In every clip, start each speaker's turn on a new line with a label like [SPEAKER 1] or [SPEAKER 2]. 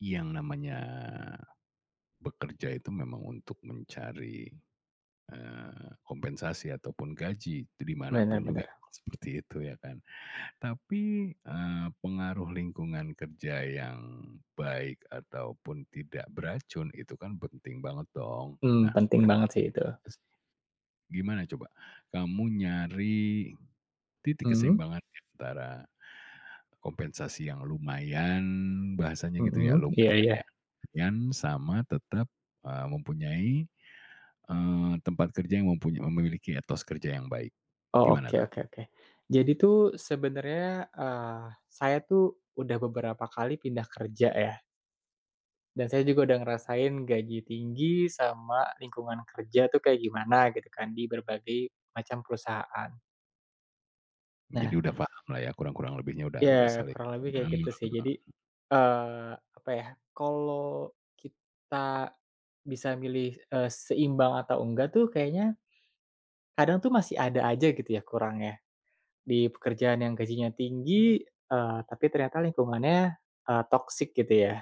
[SPEAKER 1] Yang namanya bekerja itu memang untuk mencari, kompensasi ataupun gaji, di mana
[SPEAKER 2] Bener
[SPEAKER 1] juga
[SPEAKER 2] bener.
[SPEAKER 1] seperti itu ya kan. Tapi, pengaruh lingkungan kerja yang baik ataupun tidak beracun itu kan penting banget dong.
[SPEAKER 2] Mmm,
[SPEAKER 1] Nah,
[SPEAKER 2] penting banget sih itu.
[SPEAKER 1] gimana coba kamu nyari titik
[SPEAKER 2] Mhm,
[SPEAKER 1] keseimbangan di antara kompensasi yang lumayan, bahasanya gitu
[SPEAKER 2] mhm, iya iya.
[SPEAKER 1] ya, lumayan sama tetap, mempunyai, tempat kerja yang memiliki etos kerja yang baik.
[SPEAKER 2] Oh,
[SPEAKER 1] Gimana
[SPEAKER 2] oke
[SPEAKER 1] tuh?
[SPEAKER 2] oke oke. Jadi tuh sebenarnya, saya tuh udah beberapa kali pindah kerja ya, dan saya juga udah ngerasain gaji tinggi sama lingkungan kerja tuh kayak gimana gitu kan, di berbagai macam perusahaan. Nah
[SPEAKER 1] Jadi udah paham lah ya kurang-kurang lebihnya udah
[SPEAKER 2] ya
[SPEAKER 1] saling
[SPEAKER 2] kurang lebih kayak
[SPEAKER 1] mhm
[SPEAKER 2] gitu sih. Jadi, apa ya, kalau kita bisa milih, seimbang atau enggak tuh kayaknya. Kadang tuh masih ada aja gitu ya kurangnya, di pekerjaan yang gajinya tinggi, tapi ternyata lingkungannya, toxic gitu ya,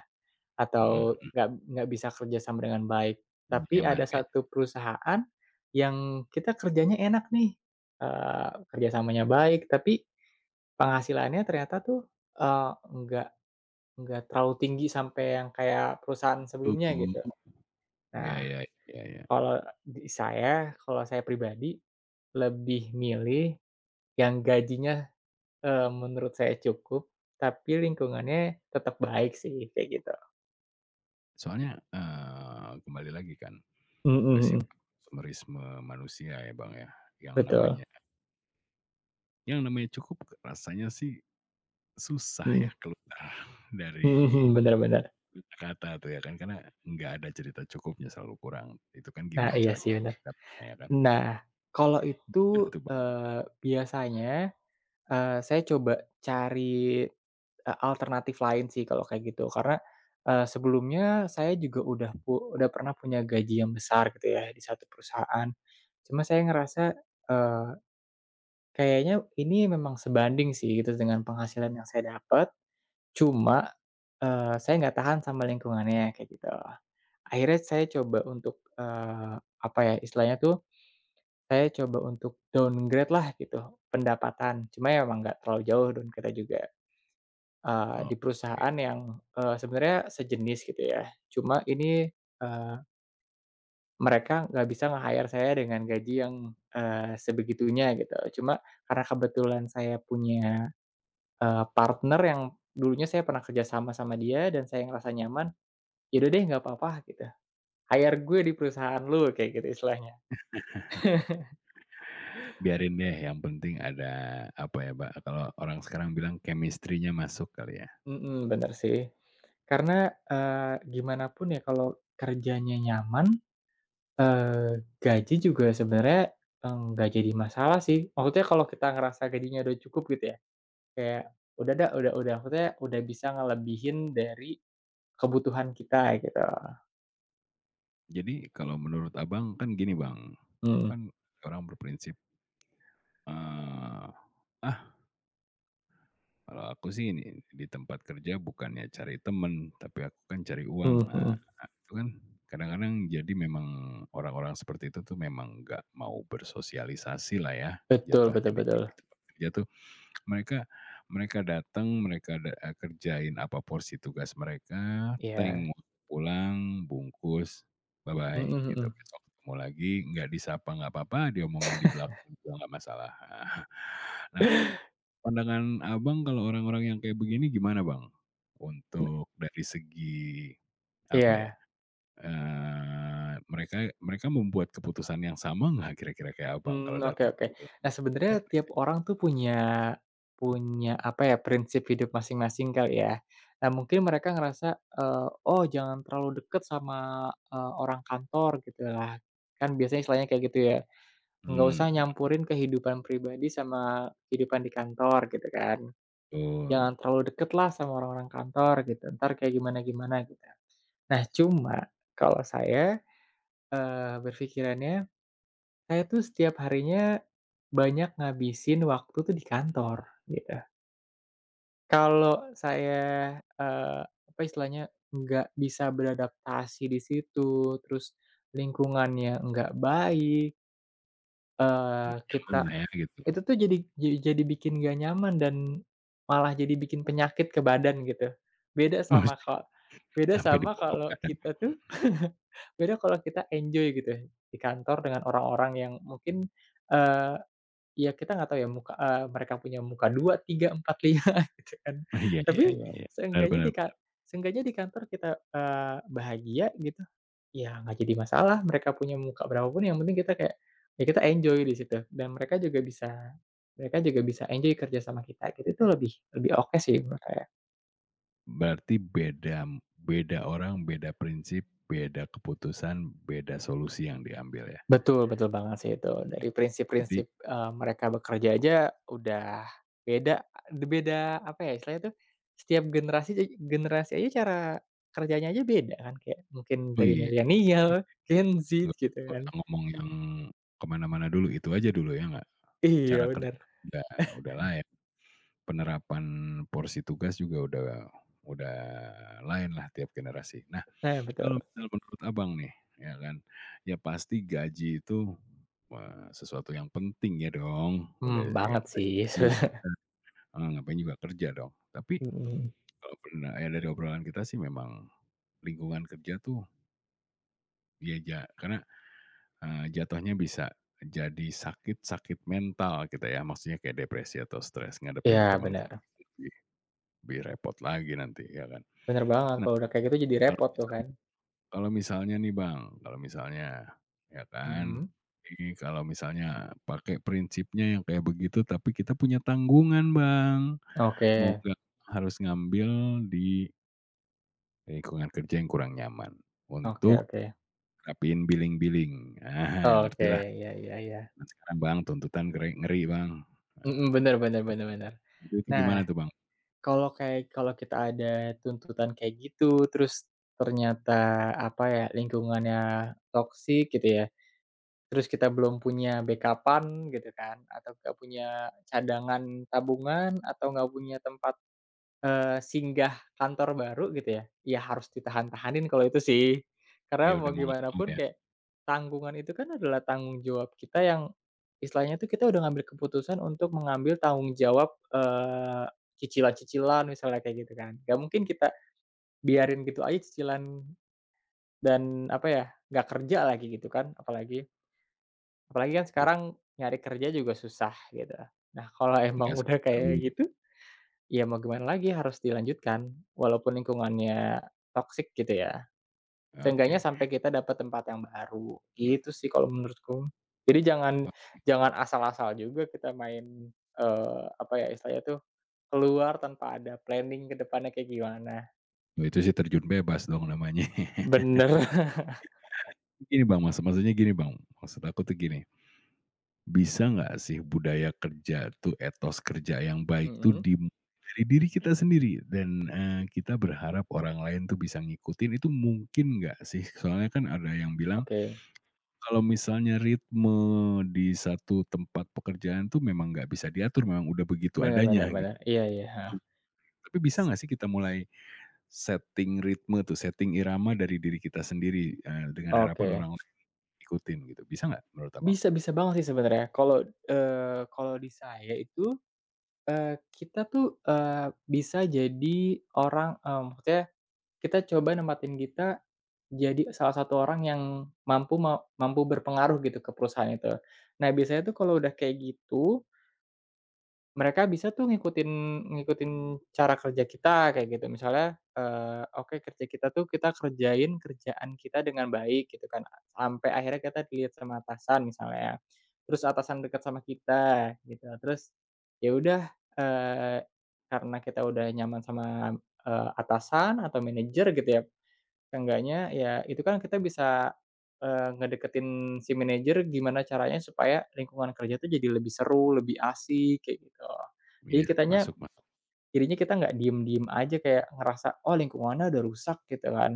[SPEAKER 2] atau
[SPEAKER 1] mhm,
[SPEAKER 2] nggak bisa kerja sama dengan baik. Tapi
[SPEAKER 1] nyaman
[SPEAKER 2] ada
[SPEAKER 1] kayaknya.
[SPEAKER 2] satu perusahaan yang kita kerjanya enak nih, kerjasamanya baik, tapi penghasilannya ternyata tuh, eee, nggak nggak terlalu tinggi sampai yang kayak perusahaan sebelumnya
[SPEAKER 1] Mhm,
[SPEAKER 2] gitu.
[SPEAKER 1] iya
[SPEAKER 2] Nah,
[SPEAKER 1] iya iya iya.
[SPEAKER 2] kalau di saya, kalau saya pribadi lebih milih yang gajinya, menurut saya cukup, tapi lingkungannya tetap baik sih, kayak gitu.
[SPEAKER 1] Soalnya, kembali lagi kan
[SPEAKER 2] Mhm
[SPEAKER 1] ke
[SPEAKER 2] mhm.
[SPEAKER 1] sifat konsumerisme manusia ya, Bang, ya, yang
[SPEAKER 2] Betul.
[SPEAKER 1] namanya yang namanya cukup rasanya sih susah ya
[SPEAKER 2] Mhm.
[SPEAKER 1] keluar
[SPEAKER 2] Mhm
[SPEAKER 1] dari
[SPEAKER 2] mhm, bener bener.
[SPEAKER 1] kata tuh ya kan, karena nggak ada cerita cukupnya selalu kurang. Itu kan
[SPEAKER 2] Nah,
[SPEAKER 1] gimana
[SPEAKER 2] iya
[SPEAKER 1] cara
[SPEAKER 2] sih bener.
[SPEAKER 1] dapatnya ya kan.
[SPEAKER 2] Nah, kalau
[SPEAKER 1] Bener
[SPEAKER 2] itu,
[SPEAKER 1] tuh, Mbak,
[SPEAKER 2] biasanya, saya coba cari, alternatif lain sih kalau kayak gitu. Karena, sebelumnya saya juga udah pernah punya gaji yang besar gitu ya di satu perusahaan. Cuma saya ngerasa, eee, kayaknya ini memang sebanding sih gitu dengan penghasilan yang saya dapat. Cuma, saya nggak tahan sama lingkungannya, kayak gitu. Akhirnya saya coba untuk, apa ya, istilahnya tuh, saya coba untuk downgrade lah gitu, pendapatan. Cuma ya emang nggak terlalu jauh downgrade-nya juga, di
[SPEAKER 1] oke.
[SPEAKER 2] perusahaan yang, sebenarnya sejenis gitu ya. Cuma ini, eee, mereka nggak bisa nge-hire saya dengan gaji yang, sebegitunya gitu. Cuma karena kebetulan saya punya, partner yang dulunya saya pernah kerja sama sama dia dan saya ngerasa nyaman, "Ya deh nggak apa-apa," gitu, "hire gue di perusahaan lu," kayak gitu istilahnya.
[SPEAKER 1] Biarin deh yang penting ada, apa ya, pak kalau orang sekarang bilang chemistry-nya masuk kali ya.
[SPEAKER 2] Mhm, bener sih. Karena, gimana pun ya kalau kerjanya nyaman, gaji juga sebenarnya enggak jadi masalah sih. Maksudnya kalau kita ngerasa gajinya udah cukup gitu ya, kayak udah maksudnya udah bisa ngelebihin dari kebutuhan kita gitu.
[SPEAKER 1] Jadi kalau menurut Abang kan gini, Bang,
[SPEAKER 2] Mhm,
[SPEAKER 1] kan orang berprinsip, eee ah kalau aku sih ini, di tempat kerja bukannya cari temen, tapi aku kan cari uang,
[SPEAKER 2] mhm mhm.
[SPEAKER 1] itu kan kadang-kadang jadi memang orang-orang seperti itu tuh memang nggak mau bersosialisasi lah ya,
[SPEAKER 2] Betul
[SPEAKER 1] jatuhnya
[SPEAKER 2] betul betul.
[SPEAKER 1] di tempat kerja tuh. Mereka Mereka datang, mereka kerjain apa porsi tugas mereka,
[SPEAKER 2] Iya.
[SPEAKER 1] tengok pulang, bungkus, bye-bye
[SPEAKER 2] Mhm
[SPEAKER 1] gitu.
[SPEAKER 2] mhm.
[SPEAKER 1] Besok ketemu lagi, nggak disapa nggak apa-apa, diomongin di belakang juga nggak masalah. Nah, pandangan Abang kalau orang-orang yang kayak begini gimana Bang? Untuk dari segi apa ya,
[SPEAKER 2] Iya.
[SPEAKER 1] eee, mereka mereka membuat keputusan yang sama nggak kira-kira kayak Abang kalau
[SPEAKER 2] Mmm,
[SPEAKER 1] dalam
[SPEAKER 2] oke oke.
[SPEAKER 1] gitu
[SPEAKER 2] Nah, sebenarnya tiap
[SPEAKER 1] konteksnya?
[SPEAKER 2] orang tuh punya punya apa ya, prinsip hidup masing-masing kali ya. Nah, mungkin mereka ngerasa, "Oh, jangan terlalu deket sama, orang kantor," gitu lah. Kan biasanya istilahnya kayak gitu ya, "Nggak usah
[SPEAKER 1] Mmm,
[SPEAKER 2] nyampurin kehidupan pribadi sama kehidupan di kantor," gitu kan. "Jangan
[SPEAKER 1] betul.
[SPEAKER 2] terlalu deket lah sama orang-orang kantor," gitu, "entar kayak gimana-gimana," gitu. Nah, cuma kalau saya, berpikirannya saya tuh setiap harinya banyak ngabisin waktu tuh di kantor, gitu. Kalau saya, apa istilahnya, nggak bisa beradaptasi di situ, terus lingkungannya nggak baik,
[SPEAKER 1] Aman
[SPEAKER 2] kita
[SPEAKER 1] lah ya gitu.
[SPEAKER 2] itu tuh jadi bikin nggak nyaman dan malah jadi bikin penyakit ke badan, gitu. Beda
[SPEAKER 1] Oh,
[SPEAKER 2] sama ka beda
[SPEAKER 1] sampai
[SPEAKER 2] sama
[SPEAKER 1] dibawa ke
[SPEAKER 2] kalau
[SPEAKER 1] badan.
[SPEAKER 2] kita tuh beda kalau kita enjoy gitu di kantor dengan orang-orang yang mungkin, eee ya kita nggak tahu ya mereka punya muka 2 3 4 5 gitu kan.
[SPEAKER 1] Oh iya
[SPEAKER 2] Tapi
[SPEAKER 1] iya iya iya. Benar
[SPEAKER 2] seenggaknya di
[SPEAKER 1] benar.
[SPEAKER 2] ka seenggaknya di kantor kita, bahagia gitu, ya nggak jadi masalah mereka punya muka berapapun yang penting kita kayak, ya kita enjoy di situ dan mereka juga bisa enjoy kerja sama kita gitu, itu lebih lebih oke sih menurut saya.
[SPEAKER 1] Berarti beda beda orang, beda prinsip, beda keputusan, beda solusi yang diambil ya.
[SPEAKER 2] Betul betul banget sih itu. Dari
[SPEAKER 1] Jadi
[SPEAKER 2] prinsip-prinsip, mereka bekerja aja udah beda apa ya istilahnya tuh, setiap generasi aja cara kerjanya aja beda kan, kayak mungkin
[SPEAKER 1] oh
[SPEAKER 2] dari
[SPEAKER 1] iya. Iya.
[SPEAKER 2] milenial, Gen Z gitu
[SPEAKER 1] Nggak
[SPEAKER 2] kan.
[SPEAKER 1] usah ngomong yang kemana mana dulu, itu aja dulu ya nggak? Cara
[SPEAKER 2] Iya benar.
[SPEAKER 1] kerja udah udah lain, penerapan porsi tugas juga udah lain lah tiap generasi. Nah,
[SPEAKER 2] Nah
[SPEAKER 1] kalau
[SPEAKER 2] betul.
[SPEAKER 1] misal menurut Abang nih, ya kan, ya pasti gaji itu, wah, sesuatu yang penting ya dong,
[SPEAKER 2] Mmm,
[SPEAKER 1] udah ya
[SPEAKER 2] banget sih
[SPEAKER 1] ngapain
[SPEAKER 2] se
[SPEAKER 1] juga kita ngapain juga kerja dong. Tapi
[SPEAKER 2] mhm.
[SPEAKER 1] kalau pernah ya dari obrolan kita sih memang lingkungan kerja tuh ya ja karena jatuhnya bisa jadi sakit-sakit mental kita ya, maksudnya kayak depresi atau stres ngadepin
[SPEAKER 2] Benar
[SPEAKER 1] temen
[SPEAKER 2] bener,
[SPEAKER 1] lebih lebih repot lagi nanti ya kan.
[SPEAKER 2] banget
[SPEAKER 1] Nah,
[SPEAKER 2] kalau udah kayak gitu jadi
[SPEAKER 1] kalau
[SPEAKER 2] repot tuh
[SPEAKER 1] misalnya
[SPEAKER 2] kan.
[SPEAKER 1] kalau misalnya nih Bang, kalau misalnya ya kan,
[SPEAKER 2] Mhm.
[SPEAKER 1] ini kalau misalnya pakai prinsipnya yang kayak begitu tapi kita punya tanggungan Bang,
[SPEAKER 2] Oke,
[SPEAKER 1] mau nggak harus ngambil di lingkungan kerja yang kurang nyaman
[SPEAKER 2] oke
[SPEAKER 1] untuk
[SPEAKER 2] oke.
[SPEAKER 1] rapiin billing-billing. Ah,
[SPEAKER 2] Oke,
[SPEAKER 1] ngerti lah.
[SPEAKER 2] ya ya iya.
[SPEAKER 1] Zaman sekarang Bang, tuntutan ngeri ngeri Bang.
[SPEAKER 2] Mhm,
[SPEAKER 1] Eee,
[SPEAKER 2] benar benar benar bener.
[SPEAKER 1] itu
[SPEAKER 2] Nah,
[SPEAKER 1] gimana tuh Bang?
[SPEAKER 2] kalau kayak kalau kita ada tuntutan kayak gitu, terus ternyata, apa ya, lingkungannya toksik gitu ya, terus kita belum punya backup-an gitu kan, atau nggak punya cadangan tabungan, atau nggak punya tempat, singgah kantor baru gitu ya, ya harus ditahan-tahanin kalau itu sih.
[SPEAKER 1] Ya
[SPEAKER 2] Karena
[SPEAKER 1] udah
[SPEAKER 2] mau
[SPEAKER 1] mau nggak
[SPEAKER 2] gimana
[SPEAKER 1] mau
[SPEAKER 2] pun
[SPEAKER 1] ya?
[SPEAKER 2] kayak tanggungan itu kan adalah tanggung jawab kita yang istilahnya tuh kita udah ngambil keputusan untuk mengambil tanggung jawab, cicilan-cicilan misalnya kayak gitu kan. Nggak mungkin kita biarin gitu aja cicilan dan apa ya, nggak kerja lagi gitu kan, apalagi apalagi kan
[SPEAKER 1] Bet
[SPEAKER 2] sekarang nyari kerja juga susah gitu. Nah, kalau emang
[SPEAKER 1] nggak
[SPEAKER 2] udah
[SPEAKER 1] semuanya dulu,
[SPEAKER 2] kayak gitu ya mau gimana lagi harus dilanjutkan, walaupun lingkungannya toksik gitu ya. Seenggaknya
[SPEAKER 1] oke.
[SPEAKER 2] sampai kita dapat tempat yang baru, gitu sih kalau menurutku. Jadi jangan jangan asal-asal juga kita main, apa ya istilahnya tuh, keluar tanpa ada planning ke depannya kayak gimana.
[SPEAKER 1] Waktu itu sih terjun bebas dong namanya.
[SPEAKER 2] Bener.
[SPEAKER 1] Gini Bang, maksudnya gini Bang, maksud aku tuh gini, bisa nggak sih budaya kerja tuh, etos kerja yang baik tuh
[SPEAKER 2] Mhm,
[SPEAKER 1] dimulai dari diri kita sendiri dan, kita berharap orang lain tuh bisa ngikutin itu mungkin nggak sih? Soalnya kan ada yang bilang
[SPEAKER 2] oke.
[SPEAKER 1] kalau misalnya ritme di satu tempat pekerjaan tuh memang nggak bisa diatur, memang udah begitu adanya
[SPEAKER 2] Benar-benar
[SPEAKER 1] gitu.
[SPEAKER 2] benar. Iya iya, heeh.
[SPEAKER 1] Tapi bisa nggak sih kita mulai setting ritme tuh, setting irama dari diri kita sendiri, dengan harapan
[SPEAKER 2] Oke.
[SPEAKER 1] orang lain ikutin gitu, bisa nggak menurut Abang?
[SPEAKER 2] Bisa bisa banget sih sebenarnya. Kalau, kalau di saya itu, kita tuh, bisa jadi orang, maksudnya kita coba nempatin kita jadi salah satu orang yang mampu berpengaruh gitu ke perusahaan itu. Nah, biasanya tuh kalau udah kayak gitu mereka bisa tuh ngikutin ngikutin cara kerja kita kayak gitu misalnya, oke kerja kita tuh kita kerjain kerjaan kita dengan baik gitu kan, sampai akhirnya kita dilihat sama atasan misalnya, ya. Terus atasan dekat sama kita gitu terus, ya udah, eee, karena kita udah nyaman sama, atasan atau manajer gitu ya, seenggaknya ya itu kan kita bisa, ngedeketin si manajer gimana caranya supaya lingkungan kerja tuh jadi lebih seru, lebih asik kayak gitu. Jadi
[SPEAKER 1] Iya,
[SPEAKER 2] kitanya
[SPEAKER 1] masuk masuk,
[SPEAKER 2] jadinya kita nggak diem-diem aja kayak ngerasa, "Oh lingkungannya udah rusak," gitu kan.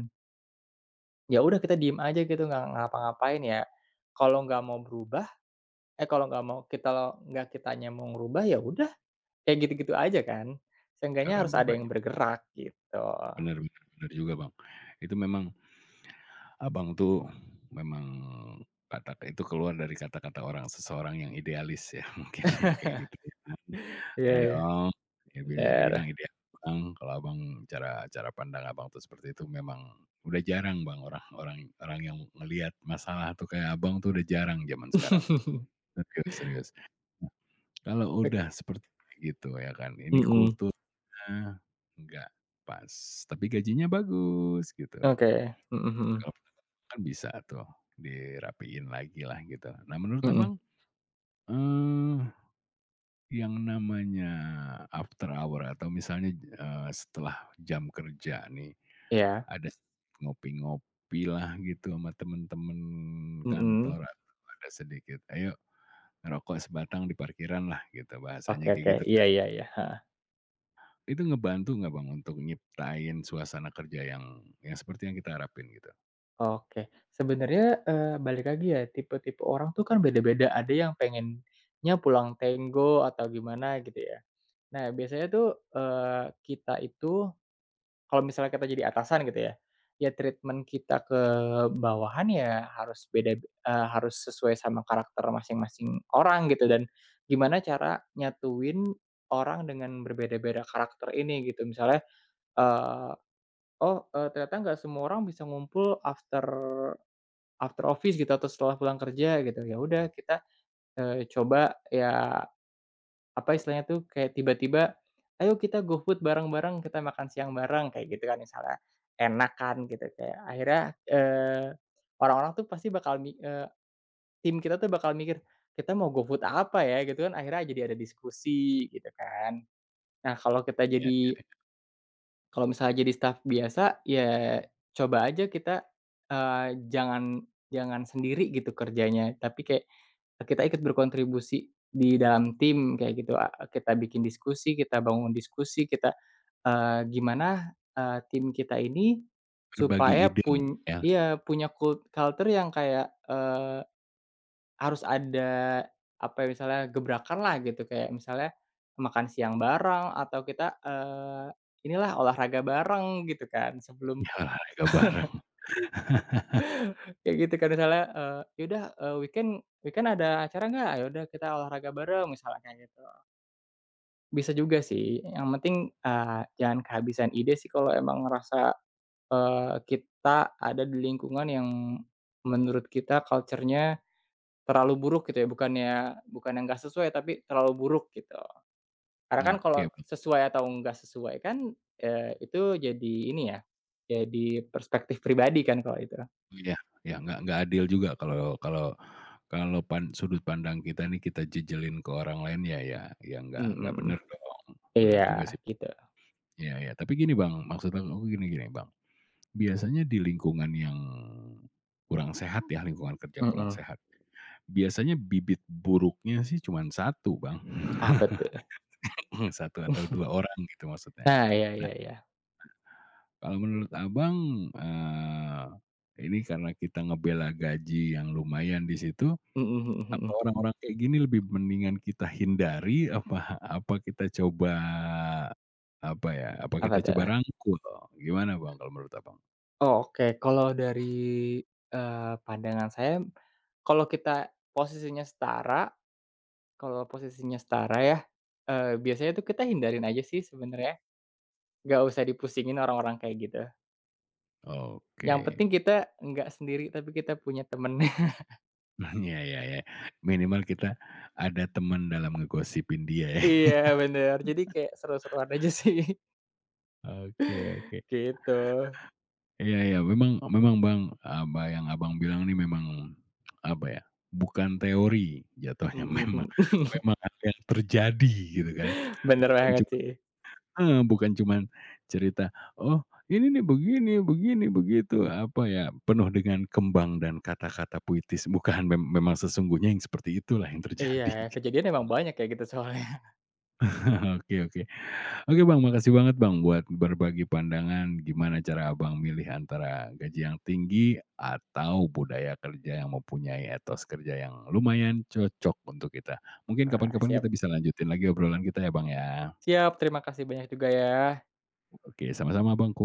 [SPEAKER 2] Ya udah kita diem aja gitu nggak ngapa-ngapain ya. Kalau nggak mau berubah kalau nggak mau kita nggak kitanya mau ngerubah ya udah kayak gitu-gitu aja kan.
[SPEAKER 1] nggak
[SPEAKER 2] Seenggaknya
[SPEAKER 1] akan
[SPEAKER 2] harus ada
[SPEAKER 1] berubah
[SPEAKER 2] yang
[SPEAKER 1] juga ya.
[SPEAKER 2] bergerak gitu.
[SPEAKER 1] Bener bener bener juga Bang. Itu memang Abang tuh memang kata itu keluar dari kata-kata seseorang yang idealis ya mungkin ya kayak gitu ya kan.
[SPEAKER 2] Iya
[SPEAKER 1] Ya
[SPEAKER 2] iya,
[SPEAKER 1] dong, ya bisa
[SPEAKER 2] bener.
[SPEAKER 1] dibilang ideal Bang, kalau Abang cara cara pandang Abang tuh seperti itu memang udah jarang Bang orang orang orang yang ngelihat masalah tuh kayak Abang tuh udah jarang zaman sekarang. Serius serius. Kalau udah
[SPEAKER 2] Oke.
[SPEAKER 1] seperti gitu ya kan, ini
[SPEAKER 2] Mhm.
[SPEAKER 1] kulturnya nggak pas, tapi gajinya bagus gitu.
[SPEAKER 2] Oke, mhm mhm,
[SPEAKER 1] Kalau pendapat kan bisa tuh dirapiin lagi lah gitu. Nah menurut
[SPEAKER 2] mhm,
[SPEAKER 1] Abang, eee, yang namanya after hour atau misalnya, setelah jam kerja nih,
[SPEAKER 2] iya.
[SPEAKER 1] ada ngopi lah gitu sama temen-temen
[SPEAKER 2] Mhm.
[SPEAKER 1] kantor atau ada sedikit, "Ayo ngerokok sebatang di parkiran lah gitu
[SPEAKER 2] Oke
[SPEAKER 1] bahasanya kayak
[SPEAKER 2] oke,
[SPEAKER 1] gitu
[SPEAKER 2] iya
[SPEAKER 1] kan."
[SPEAKER 2] iya iya, heeh,
[SPEAKER 1] Itu ngebantu nggak Bang untuk nyiptain suasana kerja yang seperti yang kita harapin gitu?
[SPEAKER 2] oke. Sebenarnya, balik lagi ya, tipe-tipe orang tuh kan beda-beda, ada yang pengennya pulang tenggo atau gimana gitu ya. Nah biasanya tuh, kita itu kalau misalnya kita jadi atasan gitu ya, ya treatment kita ke bawahan ya harus beda, harus sesuai sama karakter masing-masing orang gitu dan gimana cara nyatuin orang dengan berbeda-beda karakter ini gitu. Misalnya, eee, oh, ternyata nggak semua orang bisa ngumpul after after office gitu atau setelah pulang kerja gitu. Ya udah kita, coba ya apa istilahnya tuh, kayak tiba-tiba, "Ayo kita GoFood bareng-bareng, kita makan siang bareng," kayak gitu kan misalnya. Enak kan gitu, kayak akhirnya, eee, orang-orang tuh pasti tim kita tuh bakal mikir, "Kita mau GoFood apa ya?" Gitu kan, akhirnya jadi ada diskusi gitu kan. Nah, kalau kita
[SPEAKER 1] Iya,
[SPEAKER 2] jadi kalau misalnya jadi staff biasa, ya coba aja kita, jangan jangan sendiri gitu kerjanya, tapi kayak kita ikut berkontribusi di dalam tim kayak gitu, kita bikin diskusi, kita bangun diskusi, kita, gimana, tim kita ini
[SPEAKER 1] berbagi
[SPEAKER 2] supaya
[SPEAKER 1] ide
[SPEAKER 2] pun
[SPEAKER 1] mungkin ya?
[SPEAKER 2] iya, punya culture yang kayak, harus ada, apa ya, misalnya gebrakanlah gitu, kayak misalnya makan siang bareng atau kita, inilah olahraga bareng gitu kan, sebelum
[SPEAKER 1] Iya, nggak bareng.
[SPEAKER 2] kayak gitu kan misalnya, "Ya udah, weekend weekend ada acara nggak? Ya udah kita olahraga bareng," misalnya kayak gitu. Bisa juga sih, yang penting, jangan kehabisan ide sih kalau emang ngerasa, kita ada di lingkungan yang menurut kita culture-nya terlalu buruk gitu ya, bukan yang nggak sesuai, tapi terlalu buruk gitu. Karena kan
[SPEAKER 1] Oke,
[SPEAKER 2] kalau
[SPEAKER 1] betul
[SPEAKER 2] sesuai atau nggak sesuai kan, itu jadi ini ya, jadi perspektif pribadi kan kalau itu.
[SPEAKER 1] ya. Ya, nggak adil juga kalau kalau kalau pan sudut pandang kita nih kita jejelin ke orang lain ya ya ya nggak
[SPEAKER 2] Mhm.
[SPEAKER 1] bener dong. Bener
[SPEAKER 2] Iya,
[SPEAKER 1] juga sih.
[SPEAKER 2] gitu.
[SPEAKER 1] Iya ya. Tapi gini Bang, maksud aku gini gini Bang, biasanya di lingkungan yang kurang sehat ya, lingkungan kerja kurang
[SPEAKER 2] Mhm.
[SPEAKER 1] sehat, biasanya bibit buruknya sih cuman satu Bang,
[SPEAKER 2] Apa tuh?
[SPEAKER 1] satu atau 2 orang gitu maksudnya.
[SPEAKER 2] Nah, iya iya iya.
[SPEAKER 1] Kalau menurut Abang, eee, ini karena kita ngebela gaji yang lumayan di situ,
[SPEAKER 2] Mhm mhm
[SPEAKER 1] apa
[SPEAKER 2] mhm.
[SPEAKER 1] orang-orang kayak gini lebih mendingan kita hindari, apa apa kita coba, apa ya, apa
[SPEAKER 2] Apa
[SPEAKER 1] kita
[SPEAKER 2] tuh?
[SPEAKER 1] coba rangkul? Gimana Bang kalau menurut Abang?
[SPEAKER 2] Oh, oke, kalau dari, pandangan saya, kalau kita posisinya setara kalau posisinya setara ya, biasanya tuh kita hindarin aja sih sebenarnya, nggak usah dipusingin orang-orang kayak gitu. Yang
[SPEAKER 1] Oke.
[SPEAKER 2] penting kita nggak sendiri, tapi kita punya temen.
[SPEAKER 1] Iya iya iya. Minimal kita ada teman dalam ngegosipin dia ya.
[SPEAKER 2] Iya bener, jadi kayak seru-seruan aja sih,
[SPEAKER 1] Oke oke.
[SPEAKER 2] gitu.
[SPEAKER 1] Iya iya, memang memang Bang, apa yang Abang bilang nih memang, apa ya, bukan teori jatuhnya memang
[SPEAKER 2] Mhm,
[SPEAKER 1] memang hal yang terjadi gitu kan.
[SPEAKER 2] bener
[SPEAKER 1] Bukan
[SPEAKER 2] banget
[SPEAKER 1] cuma
[SPEAKER 2] sih.
[SPEAKER 1] heeh, bukan cuman cerita, "Oh, ini nih begini begini begitu," apa ya, penuh dengan kembang dan kata-kata puitis, bukan, memang sesungguhnya yang seperti itulah yang
[SPEAKER 2] Iya,
[SPEAKER 1] terjadi.
[SPEAKER 2] kejadian emang banyak kayak gitu soalnya.
[SPEAKER 1] Oke oke. Oke Bang, makasih banget Bang buat berbagi pandangan gimana cara Abang milih antara gaji yang tinggi atau budaya kerja yang mempunyai etos kerja yang lumayan cocok untuk kita. Mungkin
[SPEAKER 2] Wah,
[SPEAKER 1] kapan-kapan
[SPEAKER 2] siap
[SPEAKER 1] kita bisa lanjutin lagi obrolan kita ya Bang ya.
[SPEAKER 2] siap, terima kasih banyak juga ya.
[SPEAKER 1] Oke, sama-sama bangku.